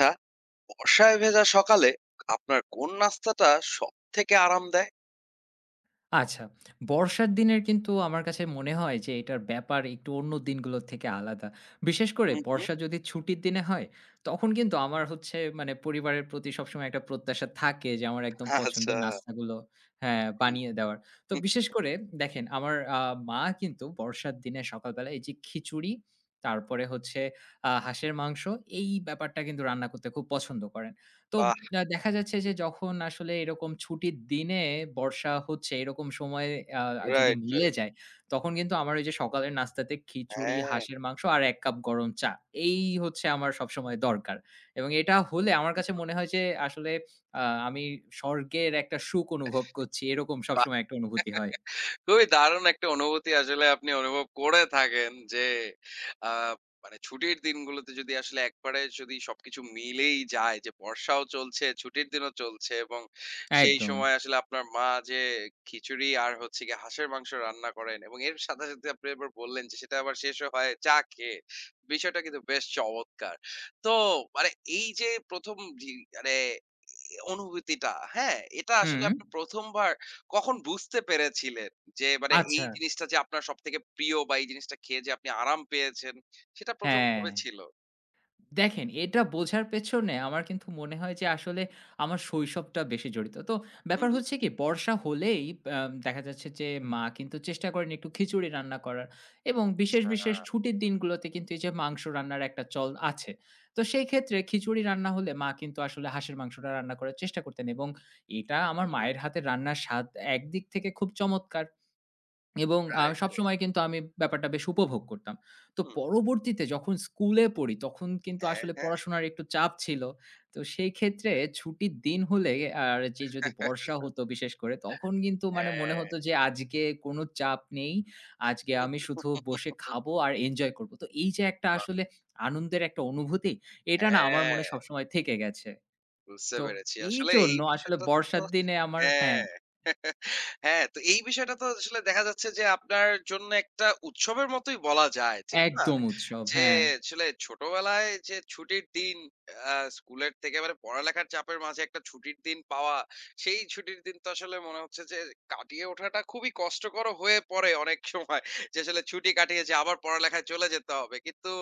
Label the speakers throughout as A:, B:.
A: আচ্ছা, বর্ষায় ভেজা সকালে আপনার কোন নাস্তাটা সবথেকে আরাম দেয়?
B: আচ্ছা। বর্ষার দিনের কিন্তু আমার কাছে মনে হয় যে এটার ব্যাপার একটু অন্য দিনগুলোর থেকে আলাদা। বিশেষ করে
A: হুম, হুম।
B: বর্ষা যদি ছুটির দিনে হয়, তখন কিন্তু আমার হচ্ছে মানে পরিবারের প্রতি সবসময় একটা প্রত্যাশা থাকে যে আমার একদম
A: আচ্ছা।
B: পছন্দের নাস্তাগুলো হ্যাঁ,
A: হুম,
B: বানিয়ে দেওয়ার। তো
A: হুম।
B: বিশেষ করে দেখেন আমার মা কিন্তু বর্ষার দিনে সকালবেলা এই যে খিচুড়ি, তারপরে হচ্ছে হাঁসের মাংস এই ব্যাপারটা কিন্তু রান্না করতে খুব পছন্দ করেন। তো
A: বাহ!
B: দেখা যাচ্ছে যে যখন আসলে এরকম ছুটির দিনে বর্ষা হচ্ছে এরকম সময়ে আ যদি
A: রাইট,
B: মিলে
A: রাইট।
B: যায়, তখন কিন্তু আমার ওই যে সকালের নাস্তাতে খিচুড়ি,
A: হ্যাঁ।
B: হাঁসের মাংস আর ১ কাপ গরম চা। এই হচ্ছে আমার সবসময় দরকার। এবং এটা হলে আমার কাছে মনে হয় যে আসলে আ আমি স্বর্গের একটা সুখ অনুভব করছি। এরকম
A: বা
B: সবসময় একটা অনুভূতি হয়।
A: খুবই দারুণ একটা অনুভূতি আসলে আপনি অনুভব করে থাকেন যে আ মানে ছুটির দিনগুলোতে যদি আসলে একবারে যদি সবকিছু মিলেই যায় যে বর্ষাও চলছে, ছুটির দিনও চলছে এবং সেই
B: একদম।
A: সময় আসলে আপনার মা যে খিচুড়ি আর হচ্ছে গিয়ে হাঁসের মাংস রান্না করেন এবং এর সাথে, সাথে আপনি আবার বললেন যে সেটা আবার শেষও হয় চা খেয়ে। বিষয়টা কিন্তু বেশ চমৎকার। তো মানে এই যে ১ম মানে এ অনুভূতিটা, হ্যাঁ? এটা আসলে
B: হুম।
A: আপনি ১ম বার কখন বুঝতে পেরেছিলেন? যে মানে
B: আচ্ছা।
A: এই জিনিসটা যে আপনার সবথেকে প্রিয় বা এই জিনিসটা খেয়ে যে আপনি আরাম পেয়েছেন সেটা ১ম
B: হ্যাঁ।
A: কবে ছিল?
B: দেখেন, এটা বোঝার পেছনে আমার কিন্তু মনে হয় যে আসলে আমার শৈশবটা বেশি জড়িত। তো
A: হু,
B: ব্যাপার
A: হু।
B: হচ্ছে কি, বর্ষা হলেই আ দেখা যাচ্ছে যে মা কিন্তু চেষ্টা করেন একটু খিচুড়ি রান্না করার, এবং বিশেষ,
A: আচ্ছা।
B: বিশেষ ছুটির দিনগুলোতে কিন্তু এই যে মাংস রান্নার একটা চল আছে। তো সেই ক্ষেত্রে খিচুড়ি রান্না হলে মা কিন্তু আসলে হাঁসের মাংসটা রান্না করার চেষ্টা করতেন, এবং এটা আমার
A: হুম,
B: মায়ের হাতের রান্নার স্বাদ একদিক থেকে খুব চমৎকার। এবং
A: রাইট, রাইট।
B: সবসময় কিন্তু আমি ব্যাপারটা বেশ উপভোগ করতাম। তো
A: হুম।
B: পরবর্তীতে যখন স্কুলে পড়ি তখন কিন্তু
A: হ্যাঁ,
B: আসলে
A: হ্যাঁ।
B: পড়াশোনার একটু চাপ ছিল। তো সেই ক্ষেত্রে ছুটির দিন হলে আর যে যদি বর্ষা হতো বিশেষ করে, তখন কিন্তু মানে মনে
A: হ্যাঁ।
B: হতো যে আজকে কোনো চাপ নেই। আজকে আমি শুধু বসে
A: উহ
B: খাবো আর এনজয় করব। তো এই যে একটা
A: বাহ!
B: আসলে আনন্দের একটা অনুভূতি, এটা না আমার
A: হ্যাঁ।
B: মনে সবসময় থেকে গেছে।
A: বুঝতে
B: তো
A: পেরেছি।
B: এই
A: আসলে এই
B: জন্য আসলে
A: বিষয়টা তো
B: বর্ষার দিনে আমার হ্যাঁ,
A: হ্যাঁ। হ্যাঁ, তো এই বিষয়টা তো আসলে দেখা যাচ্ছে যে আপনার জন্য একটা উৎসবের মতোই বলা যায়। ঠিক না?
B: একদম উৎসব।
A: যে
B: হ্যাঁ,
A: আসলে ছোটবেলায় যে ছুটির দিন স্কুলের থেকে মানে পড়ালেখার চাপের মাঝে একটা ছুটির দিন পাওয়া, সেই ছুটির দিন তো আসলে মনে হচ্ছে যে কাটিয়ে ওঠাটা খুবই কষ্টকর হয়ে পড়ে অনেক সময়। যে আসলে ছুটি কাটিয়েছি আবার পড়ালেখায় চলে যেতে হবে। কিন্তু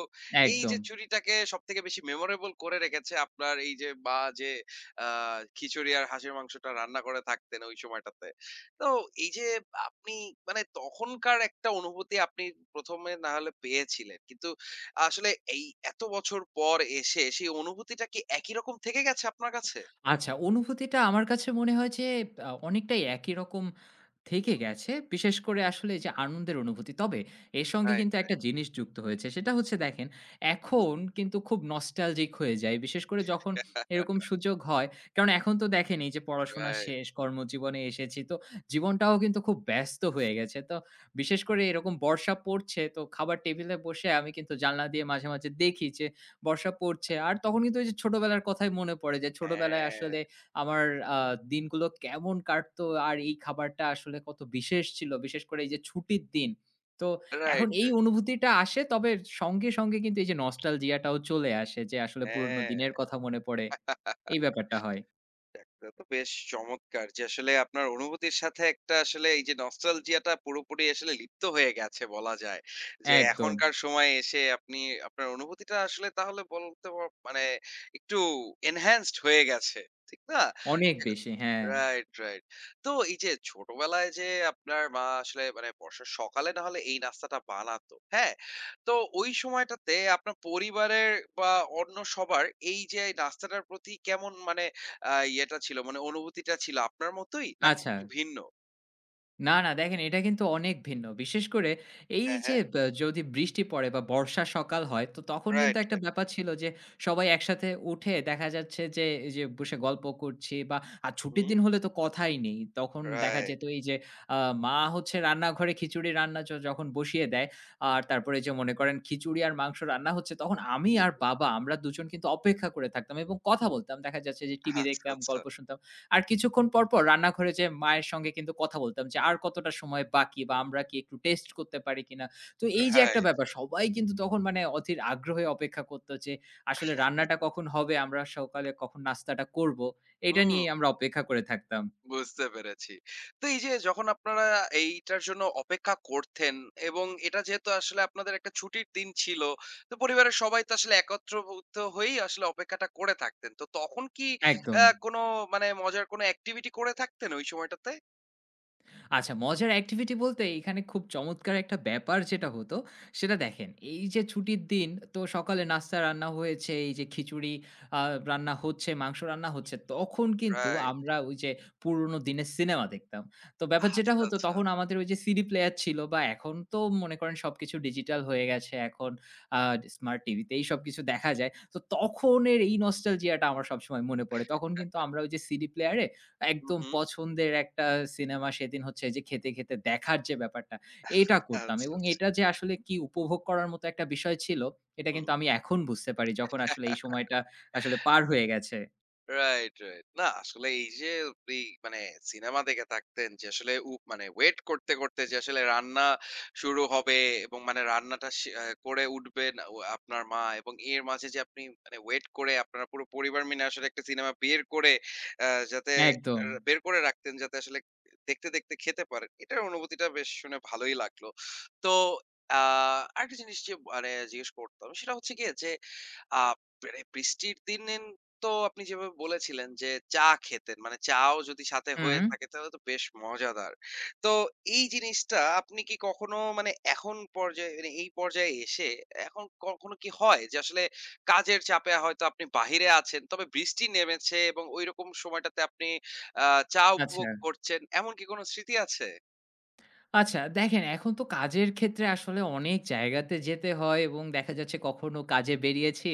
A: এই
B: একদম।
A: যে জুড়িটাকে সবথেকে বেশি মেমোরেবল করে রেখেছে আপনার এই যে মা যে আ খিচুড়ি আর হাঁসের মাংসটা রান্না করে থাকতেন ওই সময়টাতে। তো এই যে আপনি মানে তখনকার একটা অনুভূতি আপনি ১ম এ না হলে পেয়েছিলেন। কিন্তু আসলে এই এত বছর পর এসে সেই অনুভূতিটা কি একই রকম থেকে গেছে আপনার কাছে?
B: আচ্ছা, অনুভূতিটা আমার কাছে মনে হয় যে অনেকটাই একই রকম
A: হুম,
B: থেকে
A: হুম।
B: গেছে। বিশেষ করে আসলে যে আনন্দের অনুভূতি। তবে এর সঙ্গে
A: রাইট,
B: কিন্তু
A: রাইট।
B: একটা জিনিস যুক্ত হয়েছে। সেটা হচ্ছে, দেখেন,
A: হুম, হুম।
B: এখন কিন্তু খুব নস্টালজিক হয়ে যাই। বিশেষ করে যখন
A: রাইট।
B: এরকম সুযোগ হয়। কারণ এখন তো দেখেন, এই যে পড়াশোনা শেষ, কর্মজীবনে এসেছি। তো জীবনটাও কিন্তু খুব ব্যস্ত হয়ে গেছে। তো বিশেষ করে এরকম বর্ষা পড়ছে, তো খাবার টেবিলে বসে আমি কিন্তু জানলা দিয়ে মাঝে, মাঝে দেখি যে বর্ষা পড়ছে। আর তখন কিন্তু ওই যে ছোটবেলার কথাই মনে পড়ে, যে ছোটবেলায় আসলে
A: হ্যাঁ।
B: আমার আ দিনগুলো কেমন কাটতো, আর এই খাবারটা আসলে কত বিশেষ ছিল। বিশেষ করে এই যে ছুটির দিন। তো এখন
A: রাইট,
B: এই
A: রাইট।
B: অনুভূতিটা আসে, তবে সঙ্গে, সঙ্গে কিন্তু এই যে নস্টালজিয়া টাও চলে আসে, যে আসলে পুরনো
A: হ্যাঁ।
B: দিনের কথা মনে পড়ে। এই ব্যাপারটা হয়।
A: এটা তো বেশ চমৎকার যে আসলে আপনার অনুভূতির সাথে একটা আসলে এই যে নস্টালজিয়াটা পুরোপুরি আসলে লিপ্ত হয়ে গেছে বলা যায় যে
B: একদম।
A: এখনকার সময়ে এসে আপনি আপনার অনুভূতিটা আসলে তাহলে মানে একটু এনহ্যান্সড হয়ে গেছে, ঠিক না?
B: অনেক বেশি, হ্যাঁ।
A: Right, right. তো এই যে ছোটবেলায় যে আপনার মা আসলে মানে বর্ষার সকালে না হলে এই নাস্তাটা বানাতো, হ্যাঁ? তো ওই সময়টাতে আপনার পরিবারের বা অন্য সবার এই যে নাস্তাটার প্রতি কেমন মানে ইয়েটা ছিল, মানে অনুভূতিটা ছিল আপনার মতোই নাকি
B: আচ্ছা।
A: একটু ভিন্ন?
B: না, না, দেখেন এটা কিন্তু অনেক ভিন্ন। বিশেষ করে এই
A: হ্যাঁ, হ্যাঁ।
B: যে যদি বৃষ্টি পড়ে বা বর্ষা সকাল হয়, তো তখন কিন্তু
A: রাইট,
B: একটা
A: রাইট।
B: ব্যাপার ছিল যে সবাই একসাথে উঠে দেখা যাচ্ছে যে এই যে বসে গল্প করছি বা আর ছুটির
A: হুম,
B: দিন হলে তো কথাই নেই। তখন দেখা
A: রাইট।
B: যেত এই যে আ মা হচ্ছে রান্নাঘরে খিচুড়ি রান্না যখন বসিয়ে দেয়, আর তারপরে যে মনে করেন খিচুড়ি আর মাংস রান্না হচ্ছে, তখন আমি
A: হুম।
B: আর বাবা আমরা দুজন কিন্তু অপেক্ষা করে থাকতাম এবং কথা বলতাম। দেখা যাচ্ছে যে টিভি
A: আচ্ছা,
B: দেখতাম,
A: আচ্ছা।
B: গল্প শুনতাম। আর কিছুক্ষণ পর, পর রান্নাঘরে যেয়ে মায়ের সঙ্গে কিন্তু কথা বলতাম যে, "আর কতটা সময় বাকি, বা আমরা কি একটু টেস্ট করতে পারি কিনা?" তো এই যে একটা
A: রাইট।
B: ব্যাপার, সবাই কিন্তু তখন মানে অধীর আগ্রহে অপেক্ষা করত যে আসলে রান্নাটা কখন হবে? আমরা সকালে কখন নাস্তাটা করব? এটা
A: হুম,
B: নিয়েই আমরা অপেক্ষা করে থাকতাম।
A: বুঝতে পেরেছি। তো এই যে যখন আপনারা এইটার জন্য অপেক্ষা করতেন এবং এটা যেহেতু আসলে আপনাদের একটা ছুটির দিন ছিল, তো পরিবারের সবাই তো আসলে একত্রভূত হয়েই আসলে অপেক্ষাটা করে থাকতেন। তো তখন কি
B: একদম।
A: কোনো মানে মজার কোনো অ্যাক্টিভিটি করে থাকতেন ওই সময়টাতে?
B: আচ্ছা, মজার অ্যাক্টিভিটি বলতে এখানে খুব চমৎকার একটা ব্যাপার যেটা হতো, সেটা দেখেন, এই যে ছুটির দিন তো সকালে নাস্তা রান্না হয়েছে এই যে খিচুড়ি, রান্না হচ্ছে, মাংস রান্না হচ্ছে, তখন কিন্তু
A: রাইট।
B: আমরা ওই যে পুরোনো দিনের সিনেমা দেখতাম। তো ব্যাপার যেটা
A: আচ্ছা,
B: হতো,
A: আচ্ছা।
B: তখন আমাদের ওই যে সিডি প্লেয়ার ছিল, বা এখন তো মনে করেন সবকিছু ডিজিটাল হয়ে গেছে, এখন স্মার্ট টিভিতে এই সব কিছু দেখা যায়। তো তখনের এই নস্টালজিয়াটা আমার সবসময় মনে পড়ে। তখন কিন্তু আমরা ওই যে সিডি প্লেয়ারে
A: হু,
B: একদম
A: হুম।
B: পছন্দের একটা সিনেমা সেদিন হচ্ছে যে খেতে, খেতে দেখার যে ব্যাপারটা, এটা করতাম,
A: আচ্ছা,
B: এবং
A: আচ্ছা।
B: এটা যে আসলে কি উপভোগ করার মতো একটা বিষয় ছিল, এটা কিন্তু আমি এখন বুঝতে পারি যখন আসলে এই
A: হুম।
B: সময়টা আসলে পার হয়ে গেছে।
A: Right, right. না আসলে এই যে এই মানে সিনেমা দেখে থাকতেন যে আসলে মানে ওয়েট করতে, করতে যে আসলে রান্না শুরু হবে এবং মানে রান্নাটা সে আ করে উঠবেন ও আপনার মা এবং এর মাঝে যে আপনি মানে ওয়েট করে আপনারা পুরো পরিবার মিলে আসলে একটা সিনেমা বের করে যাতে
B: একদম।
A: বের করে রাখতেন যাতে আসলে দেখতে, দেখতে খেতে পারেন। এটার অনুভূতিটা বেশ শুনে ভালোই লাগলো। তো আ আরেকটা জিনিস যে মানে জিজ্ঞেস করতাম সেটা হচ্ছে গিয়ে যে আ মানে বৃষ্টির দিন, তো আপনি যেভাবে বলেছিলেন যে চা খেতেন, মানে চাও যদি সাথে হয়ে
B: হুম,
A: থাকে তাহলে তো বেশ মজাদার। তো এই জিনিসটা আপনি কি কখনো মানে এখন পর্যায়ে মানে এই পর্যায়ে এসে এখন কখনো কি হয় যে আসলে কাজের চাপে হয়তো আপনি বাহিরে আছেন, তবে বৃষ্টি নেমেছে এবং ঐরকম সময়টাতে আপনি আ চা
B: আচ্ছা।
A: উপভোগ করছেন। এমন কি কোনো স্মৃতি আছে?
B: আচ্ছা, দেখেন এখন তো কাজের ক্ষেত্রে আসলে অনেক জায়গাতে যেতে হয়, এবং দেখা যাচ্ছে কখনো কাজে বেরিয়েছি,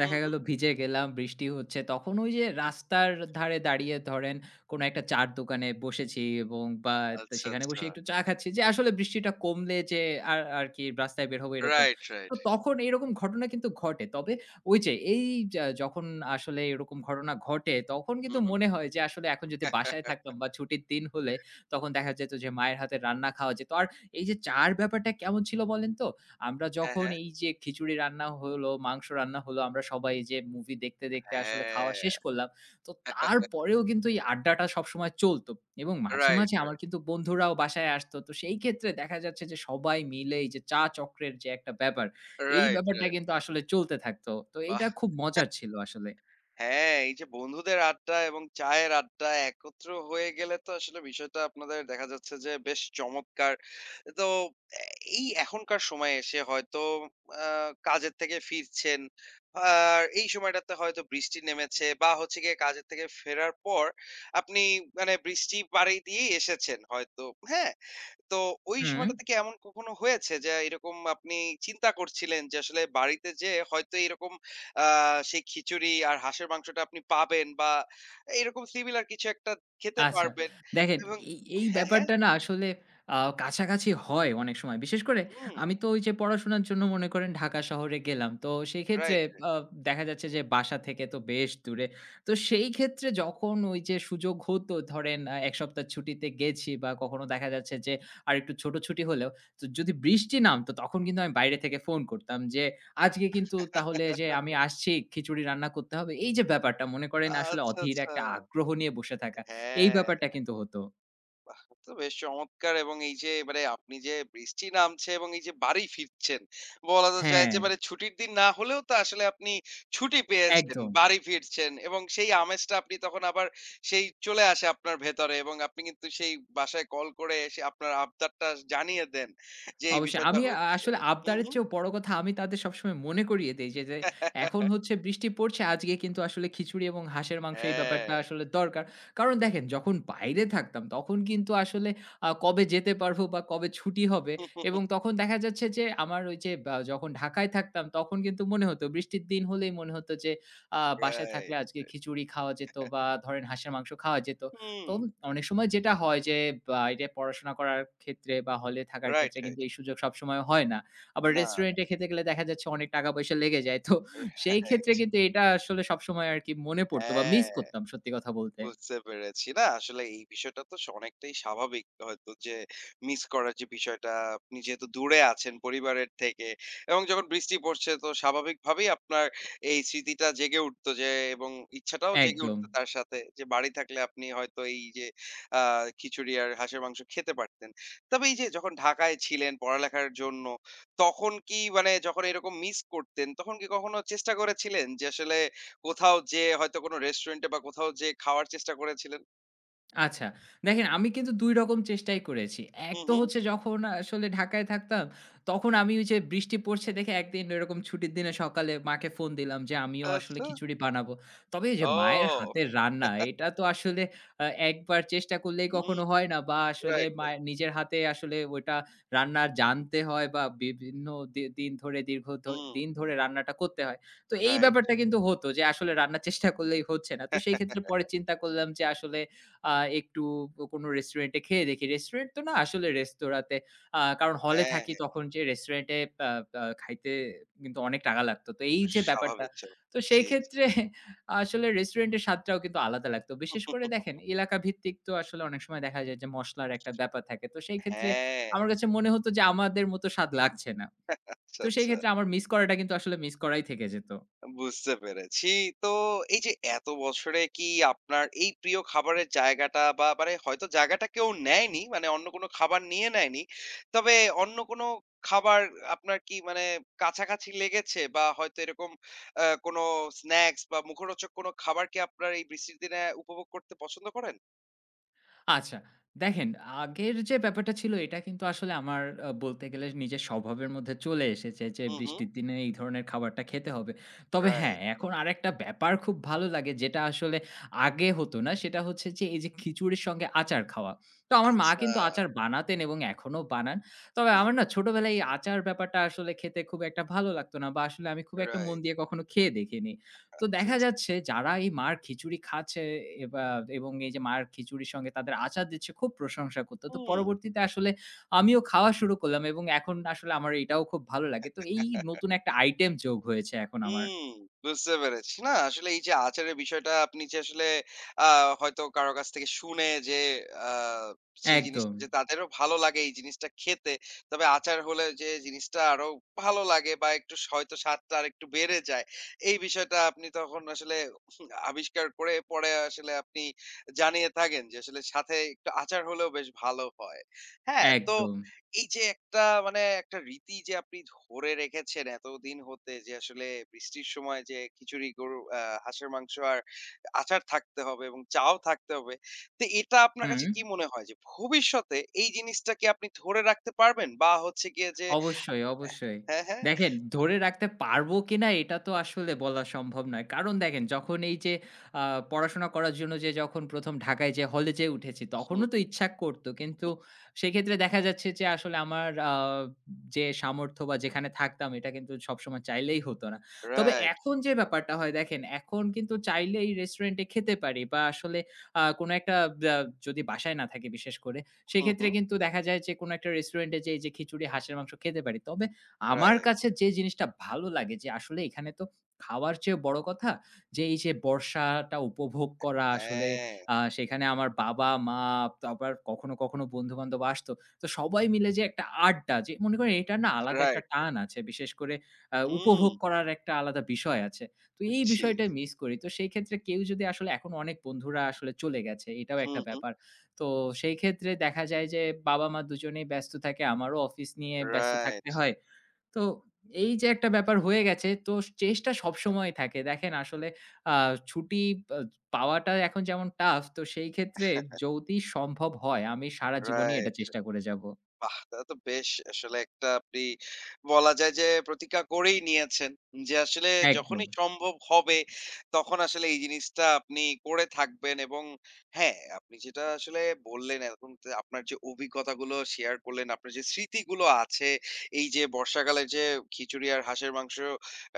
A: হুম,
B: দেখা গেল
A: হুম।
B: ভিজে গেলাম, বৃষ্টি হচ্ছে। তখন ওই যে রাস্তার ধারে দাঁড়িয়ে ধরেন কোনো একটা চা'র দোকানে বসেছি, এবং বা তো
A: আচ্ছা,
B: সেখানে
A: আচ্ছা।
B: বসে একটু চা খাচ্ছি, যে আসলে বৃষ্টিটা কমলে যে আর আরকি রাস্তায় বের হবো, এরকম।
A: রাইট,
B: তো
A: রাইট।
B: তখন এরকম ঘটনা কিন্তু ঘটে। তবে ওই যে এই যা যখন আসলে এরকম ঘটনা ঘটে, তখন কিন্তু
A: হুম, হুম।
B: মনে হয় যে আসলে এখন যদি বাসায় থাকতাম বা ছুটির দিন হলে, তখন দেখা যেত যে মায়ের হাতের রান্না খাওয়া যেত। আর এই যে চা'র ব্যাপারটা কেমন ছিল বলেন তো? আমরা
A: হ্যাঁ,
B: যখন
A: হ্যাঁ।
B: এই যে খিচুড়ি রান্না হলো, মাংস রান্না হলো, আমরা সবাই এই যে মুভি দেখতে, দেখতে আসলে খাওয়া
A: হ্যাঁ,
B: শেষ করলাম। তো তারপরেও কিন্তু এই আড্ডাটা সবসময় চলত, এবং মাঝে,
A: রাইট,
B: মাঝে আমার
A: রাইট,
B: কিন্তু বন্ধুরাও বাসায় আসত। তো সেই ক্ষেত্রে দেখা যাচ্ছে যে সবাই মিলে এই যে চা চক্রের যে একটা ব্যাপার, এই
A: রাইট,
B: ব্যাপারটা
A: রাইট।
B: কিন্তু আসলে চলতে থাকতো। তো
A: বাহ!
B: এইটা খুব মজার ছিল আসলে।
A: হ্যাঁ, এই যে বন্ধুদের আড্ডা এবং চায়ের আড্ডা একত্র হয়ে গেলে তো আসলে বিষয়টা আপনাদের দেখা যাচ্ছে যে বেশ চমৎকার। তো এ এই এখনকার সময়ে এসে হয়তো আ কাজের থেকে ফিরছেন। আর এই সময়টাতে হয়তো বৃষ্টি নেমেছে বা হচ্ছে গিয়ে কাজের থেকে ফেরার পর আপনি মানে বৃষ্টি পাড়ি দিয়েই এসেছেন হয়তো, হ্যাঁ? তো ওই
B: হুম।
A: সময়টাতে কি এমন কখনো হয়েছে যে এরকম আপনি চিন্তা করছিলেন যে আসলে বাড়িতে যে হয়তো এরকম সেই খিচুড়ি আর হাঁসের মাংসটা আপনি পাবেন বা এরকম সিমিলার কিছু একটা খেতে
B: আচ্ছা।
A: পারবেন
B: দেখেন
A: এবং
B: এই
A: হ্যাঁ, হ্যাঁ,
B: ব্যাপারটা না আসলে আ কাছাকাছি হয় অনেক সময়। বিশেষ করে
A: হুম,
B: আমি তো ওই যে পড়াশোনার জন্য মনে করেন ঢাকা শহরে গেলাম। তো সেই ক্ষেত্রে
A: রাইট।
B: আ দেখা যাচ্ছে যে বাসা থেকে তো বেশ দূরে। তো সেই ক্ষেত্রে যখন ওই যে সুযোগ হতো ধরেন ১ সপ্তাহ ছুটিতে গেছি, বা কখনো দেখা যাচ্ছে যে আরেকটু ছোট ছুটি হলেও, তো যদি বৃষ্টি নামতো তখন কিন্তু আমি বাইরে থেকে ফোন করতাম যে, "আজকে কিন্তু তাহলে যে আমি আসছি, খিচুড়ি রান্না করতে হবে।" এই যে ব্যাপারটা মনে করেন আসলে
A: আচ্ছা,
B: অধীর
A: আচ্ছা।
B: একটা আগ্রহ নিয়ে বসে থাকা। এই
A: হ্যাঁ।
B: ব্যাপারটা কিন্তু হতো।
A: বাহ! তো বেশ চমৎকার এবং এই যে মানে আপনি যে বৃষ্টি নামছে এবং এই যে বাড়ি ফিরছেন, বলা তো যায়
B: হ্যাঁ,
A: যে মানে ছুটির দিন না হলেও তো আসলে আপনি ছুটি পেয়েছেন,
B: একদম।
A: বাড়ি ফিরছেন এবং সেই আমেজটা আপনি তখন আবার সেই চলে আসে আপনার ভেতরে এবং আপনি কিন্তু সেই বাসায় কল করে এসে আপনার আবদারটা জানিয়ে দেন যে এই
B: অবশ্যই।
A: বিষয়টা
B: আমি
A: হচ্ছে।
B: আসলে
A: হুম,
B: আবদারের
A: হুম।
B: চেয়েও বড় কথা, আমি তাদের সবসময় মনে করিয়ে দেই যে, এখন হচ্ছে বৃষ্টি পড়ছে, আজকে কিন্তু আসলে খিচুড়ি এবং হাঁসের মাংস এই
A: হ্যাঁ।
B: ব্যাপারটা আসলে দরকার। কারণ দেখেন, যখন বাইরে থাকতাম তখন কিন্তু আসলে কবে যেতে পারবো বা কবে ছুটি হবে, এবং তখন দেখা যাচ্ছে যে আমার ওই যে, বা যখন ঢাকায় থাকতাম তখন কিন্তু মনে হতো, বৃষ্টির দিন হলেই মনে হতো যে বাসায় থাকলে
A: রাইট।
B: আজকে খিচুড়ি খাওয়া যেত বা ধরেন হাঁসের মাংস খাওয়া যেত।
A: হুম।
B: তো অনেক সময় যেটা হয় যে বাইরে পড়াশোনা করার ক্ষেত্রে বা হলে থাকার
A: রাইট,
B: ক্ষেত্রে কিন্তু
A: রাইট।
B: এই সুযোগ সবসময় হয় না। আবার
A: না, না।
B: রেস্টুরেন্টে খেতে গেলে দেখা যাচ্ছে অনেক টাকা-পয়সা লেগে যায়। তো সেই ক্ষেত্রে
A: রাইট।
B: কিন্তু এটা আসলে সবসময় আরকি মনে পড়তো, বা
A: হ্যাঁ।
B: মিস করতাম সত্যি কথা বলতে।
A: বুঝতে পেরেছি। না আসলে এই বিষয়টা তো অনেকটাই স্বাভাবিক হয়তো যে মিস করার যে বিষয়টা, আপনি যেহেতু দূরে আছেন পরিবারের থেকে এবং যখন বৃষ্টি পড়ছে তো স্বাভাবিকভাবেই আপনার এই স্মৃতিটা জেগে উঠতো যে এবং ইচ্ছাটাও জেগে
B: একদম।
A: উঠতো তার সাথে যে বাড়ি থাকলে আপনি হয়তো এই যে আ খিচুড়ি আর হাঁসের মাংস খেতে পারতেন। তবে এই যে যখন ঢাকায় ছিলেন পড়ালেখার জন্য, তখন কি মানে যখন এরকম মিস করতেন তখন কি কখনো চেষ্টা করেছিলেন যে আসলে কোথাও যেয়ে হয়তো কোনো রেস্টুরেন্টে বা কোথাও যেয়ে খাওয়ার চেষ্টা করেছিলেন?
B: আচ্ছা। দেখেন আমি কিন্তু ২ রকম চেষ্টাই করেছি। এক
A: হুম,
B: তো
A: হুম।
B: হচ্ছে যখন আসলে ঢাকায় থাকতাম, তখন আমি ওই যে বৃষ্টি পড়ছে দেখে একদিন এরকম ছুটির দিনে সকালে মাকে ফোন দিলাম যে, "আমিও আসলে
A: আচ্ছা।
B: খিচুড়ি বানাবো।" তবে এই যে মায়ের
A: ও!
B: হাতের রান্না, এটা তো আসলে আ একবার চেষ্টা করলেই
A: হুম,
B: কখনো হয় না, বা আসলে
A: রাইট, রাইট।
B: মায়ের নিজের হাতে আসলে ওইটা রান্না জানতে হয়, বা বিভিন্ন দিন ধরে, দীর্ঘ
A: হুম,
B: দিন ধরে রান্নাটা করতে হয়। তো এই
A: রাইট।
B: ব্যাপারটা কিন্তু হতো যে আসলে রান্নার চেষ্টা করলেই হচ্ছে না। তো সেই ক্ষেত্রে পরে চিন্তা করলাম যে আসলে আ একটু কোনো রেস্টুরেন্টে খেয়ে দেখি। রেস্টুরেন্ট তো না, আসলে রেস্তোরাঁতে। কারণ হলে
A: হ্যাঁ,
B: থাকি,
A: হ্যাঁ।
B: তখন যে রেস্টুরেন্টে আ আ খাইতে কিন্তু অনেক টাকা লাগতো। তো এই যে ব্যাপারটা,
A: স্বাভাবিক, স্বাভাবিক।
B: তো সেই
A: জি, জি।
B: ক্ষেত্রে আসলে রেস্টুরেন্টের স্বাদটাও কিন্তু আলাদা লাগতো। বিশেষ করে দেখেন, এলাকা ভিত্তিক তো আসলে অনেক সময় দেখা যায় যে মসলার একটা ব্যাপার থাকে। তো সেই ক্ষেত্রে
A: হ্যাঁ,
B: আমার কাছে মনে হতো যে আমাদের মতো স্বাদ লাগছে না।
A: আচ্ছা,
B: তো সেই
A: আচ্ছা।
B: ক্ষেত্রে আমার মিস করাটা কিন্তু আসলে মিস করাই থেকে যেত।
A: বুঝতে পেরেছি। তো এই যে এত বছরে কি আপনার এই প্রিয় খাবারের জায়গাটা বা মানে হয়তো জায়গাটা কেউ নেয়নি, মানে অন্য কোনো খাবার নিয়ে নেয়নি। তবে অন্য কোনো খাবার আপনার কি মানে কাছাকাছি লেগেছে বা হয়তো এরকম কোনো স্ন্যাকস বা মুখরোচক কোনো খাবার কি আপনার এই বৃষ্টির দিনে উপভোগ করতে পছন্দ করেন?
B: আচ্ছা, দেখেন আগের যে ব্যাপারটা ছিল এটা কিন্তু আসলে আমার বলতে গেলে নিজের স্বভাবের মধ্যে চলে এসেছে যে
A: হু, হু।
B: বৃষ্টির দিনে এই ধরনের খাবারটা খেতে হবে। তবে হ্যাঁ,
A: রাইট।
B: এখন আরেকটা ব্যাপার খুব ভালো লাগে, যেটা আসলে আগে হতো না, সেটা হচ্ছে যে এই যে খিচুড়ির সঙ্গে আচার খাওয়া। তো আমার মা
A: আচ্ছা।
B: কিন্তু আচার বানাতেন এবং এখনো বানান। তবে
A: হুম,
B: আমার না ছোটবেলায় এই আচার ব্যাপারটা আসলে খেতে খুব একটা ভালো লাগতো না, বা আসলে আমি খুব একটা মন
A: রাইট।
B: দিয়ে কখনো খেয়ে দেখিনি। তো
A: আচ্ছা,
B: দেখা
A: আচ্ছা।
B: যাচ্ছে যারা এই মার খিচুড়ি খাচ্ছে, এবা এবং এই যে মার খিচুড়ির সঙ্গে তাদের আচার দিচ্ছে, খুব প্রশংসা করত। তো
A: হুম।
B: পরবর্তীতে আসলে আমিও খাওয়া শুরু করলাম, এবং এখন আসলে আমার এটাও খুব ভালো লাগে। তো এই নতুন একটা আইটেম যোগ হয়েছে এখন আমার।
A: হুম, বুঝতে পেরেছি। না আসলে এই যে আচারের বিষয়টা আপনি যে আসলে আ হয়তো কারো কাছ থেকে শুনে যে আ সেই
B: একদম,
A: জিনিসটা যে তাদেরও ভালো লাগে এই জিনিসটা খেতে। তবে আচার হলে যে জিনিসটা আরো ভালো লাগে বা একটু হয়তো স্বাদটা আরেকটু বেড়ে যায়। এই বিষয়টা আপনি তখন আসলে আবিষ্কার করে পরে আসলে আপনি জানিয়ে থাকেন যে আসলে সাথে একটু আচার হলেও বেশ ভালো হয়। হ্যাঁ, তো
B: একদম।
A: এই যে একটা মানে একটা রীতি যে আপনি ধরে রেখেছেন এতদিন হতে যে আসলে বৃষ্টির সময় যে খিচুড়ি হাঁসের মাংস আর আচার থাকতে হবে এবং চাও থাকতে হবে, তো এটা আপনার
B: হুম।
A: কাছে কি মনে হয় যে ভবিষ্যতে এই জিনিসটা কি আপনি ধরে রাখতে পারবেন বা হচ্ছে গিয়ে যে
B: অবশ্যই, অবশ্যই।
A: হ্যাঁ, হ্যাঁ,
B: দেখেন ধরে রাখতে পারবো কিনা এটা তো আসলে বলা সম্ভব নয়। কারণ দেখেন, যখন এই যে আ পড়াশোনা করার জন্য, যে যখন ১ম ঢাকায় যে হলে যেয়ে উঠেছি, তখনও
A: হুম,
B: তো ইচ্ছা করত। কিন্তু
A: হুম,
B: সেক্ষেত্রে দেখা যাচ্ছে যে আসলে আমার যে সামর্থ্য বা যেখানে থাকতাম, এটা কিন্তু সবসময় চাইলেই হতো না। তবে
A: রাইট,
B: এখন যে ব্যাপারটা হয়, দেখেন এখন কিন্তু চাইলেই রেস্টুরেন্টে খেতে পারি, বা আসলে কোনো একটা ব্য যদি বাসায় না থাকি বিশেষ করে,
A: হুম,
B: সেক্ষেত্রে
A: হুম,
B: কিন্তু দেখা যায় যে কোনো একটা রেস্টুরেন্টে যেয়ে যে খিচুড়ি, হাঁসের মাংস খেতে পারি। তবে আমার
A: রাইট,
B: কাছে যে জিনিসটা ভালো লাগে যে আসলে এখানে তো খাওয়ার চেয়ে বড় কথা যে এই যে বর্ষাটা উপভোগ করা আসলে,
A: হ্যাঁ,
B: সেখানে আমার বাবা-মা, আবার কখনো, কখনো বন্ধু-বান্ধব আসতো। তো সবাই মিলে যে একটা আড্ডা, যে মনে করেন এটার না আলাদা একটা
A: রাইট,
B: টান আছে। বিশেষ করে
A: হুম,
B: উপভোগ করার একটা আলাদা বিষয় আছে। তো এই
A: জি,
B: বিষয়টা মিস করি। তো সেই ক্ষেত্রে কেউ যদি আসলে, এখন অনেক বন্ধুরা আসলে চলে গেছে। এটাও
A: হুম,
B: একটা
A: হুম,
B: ব্যাপার। তো সেই ক্ষেত্রে দেখা যায় যে বাবা-মা দুজনেই ব্যস্ত থাকে। আমারও অফিস নিয়ে ব্যস্ত থাকতে
A: রাইট,
B: হয়। তো এই যে একটা ব্যাপার হয়ে গেছে, তো চেষ্টা সবসময় থাকে। দেখেন আসলে আ ছুটি পা পাওয়াটা এখন যেমন টাফ, তো সেই ক্ষেত্রে যদি সম্ভব হয় আমি সারা জীবনই এটা
A: রাইট।
B: চেষ্টা করে যাব।
A: বাহ! তা তো বেশ আসলে একটা আপনি বলা যায় যে প্রতিজ্ঞা করেই নিয়েছেন। যে আসলে
B: একদম।
A: যখনই সম্ভব হবে তখন আসলে এই জিনিসটা আপনি করে থাকবেন এবং হ্যাঁ, আপনি যেটা আসলে বললেন এখন আপনার যে অভিজ্ঞতাগুলো শেয়ার করলেন, আপনার যে স্মৃতিগুলো আছে, এই যে বর্ষাকালে যে খিচুড়ি আর হাঁসের মাংস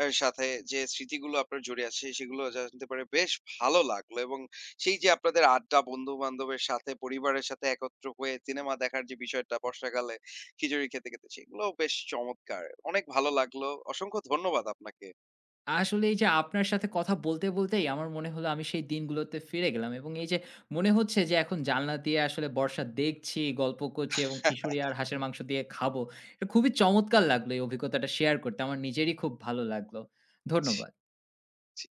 A: এর সাথে যে স্মৃতিগুলো আপনার জড়িয়ে আছে সেগুলো জানতে পেরে বেশ ভালো লাগলো এবং সেই যে আপনাদের আড্ডা, বন্ধু-বান্ধবের সাথে, পরিবারের সাথে একত্র হয়ে সিনেমা দেখার যে বিষয়টা বর্ষাকালে খিচুড়ি খেতে, খেতে সেগুলোও বেশ চমৎকার। অনেক ভালো লাগলো। অসংখ্য ধন্যবাদ আপনাকে।
B: আসলে এই যে আপনার সাথে কথা বলতে, বলতেই আমার মনে হলো আমি সেই দিনগুলোতে ফিরে গেলাম, এবং এই যে মনে হচ্ছে যে এখন জানলা দিয়ে আসলে বর্ষা দেখছি, গল্প করছি, এবং খিচুড়ি আর হাঁসের মাংস দিয়ে খাবো। এটা খুবই চমৎকার লাগলো এই অভিজ্ঞতাটা শেয়ার করতে। আমার নিজেরই খুব ভালো লাগলো।
A: জি।
B: ধন্যবাদ।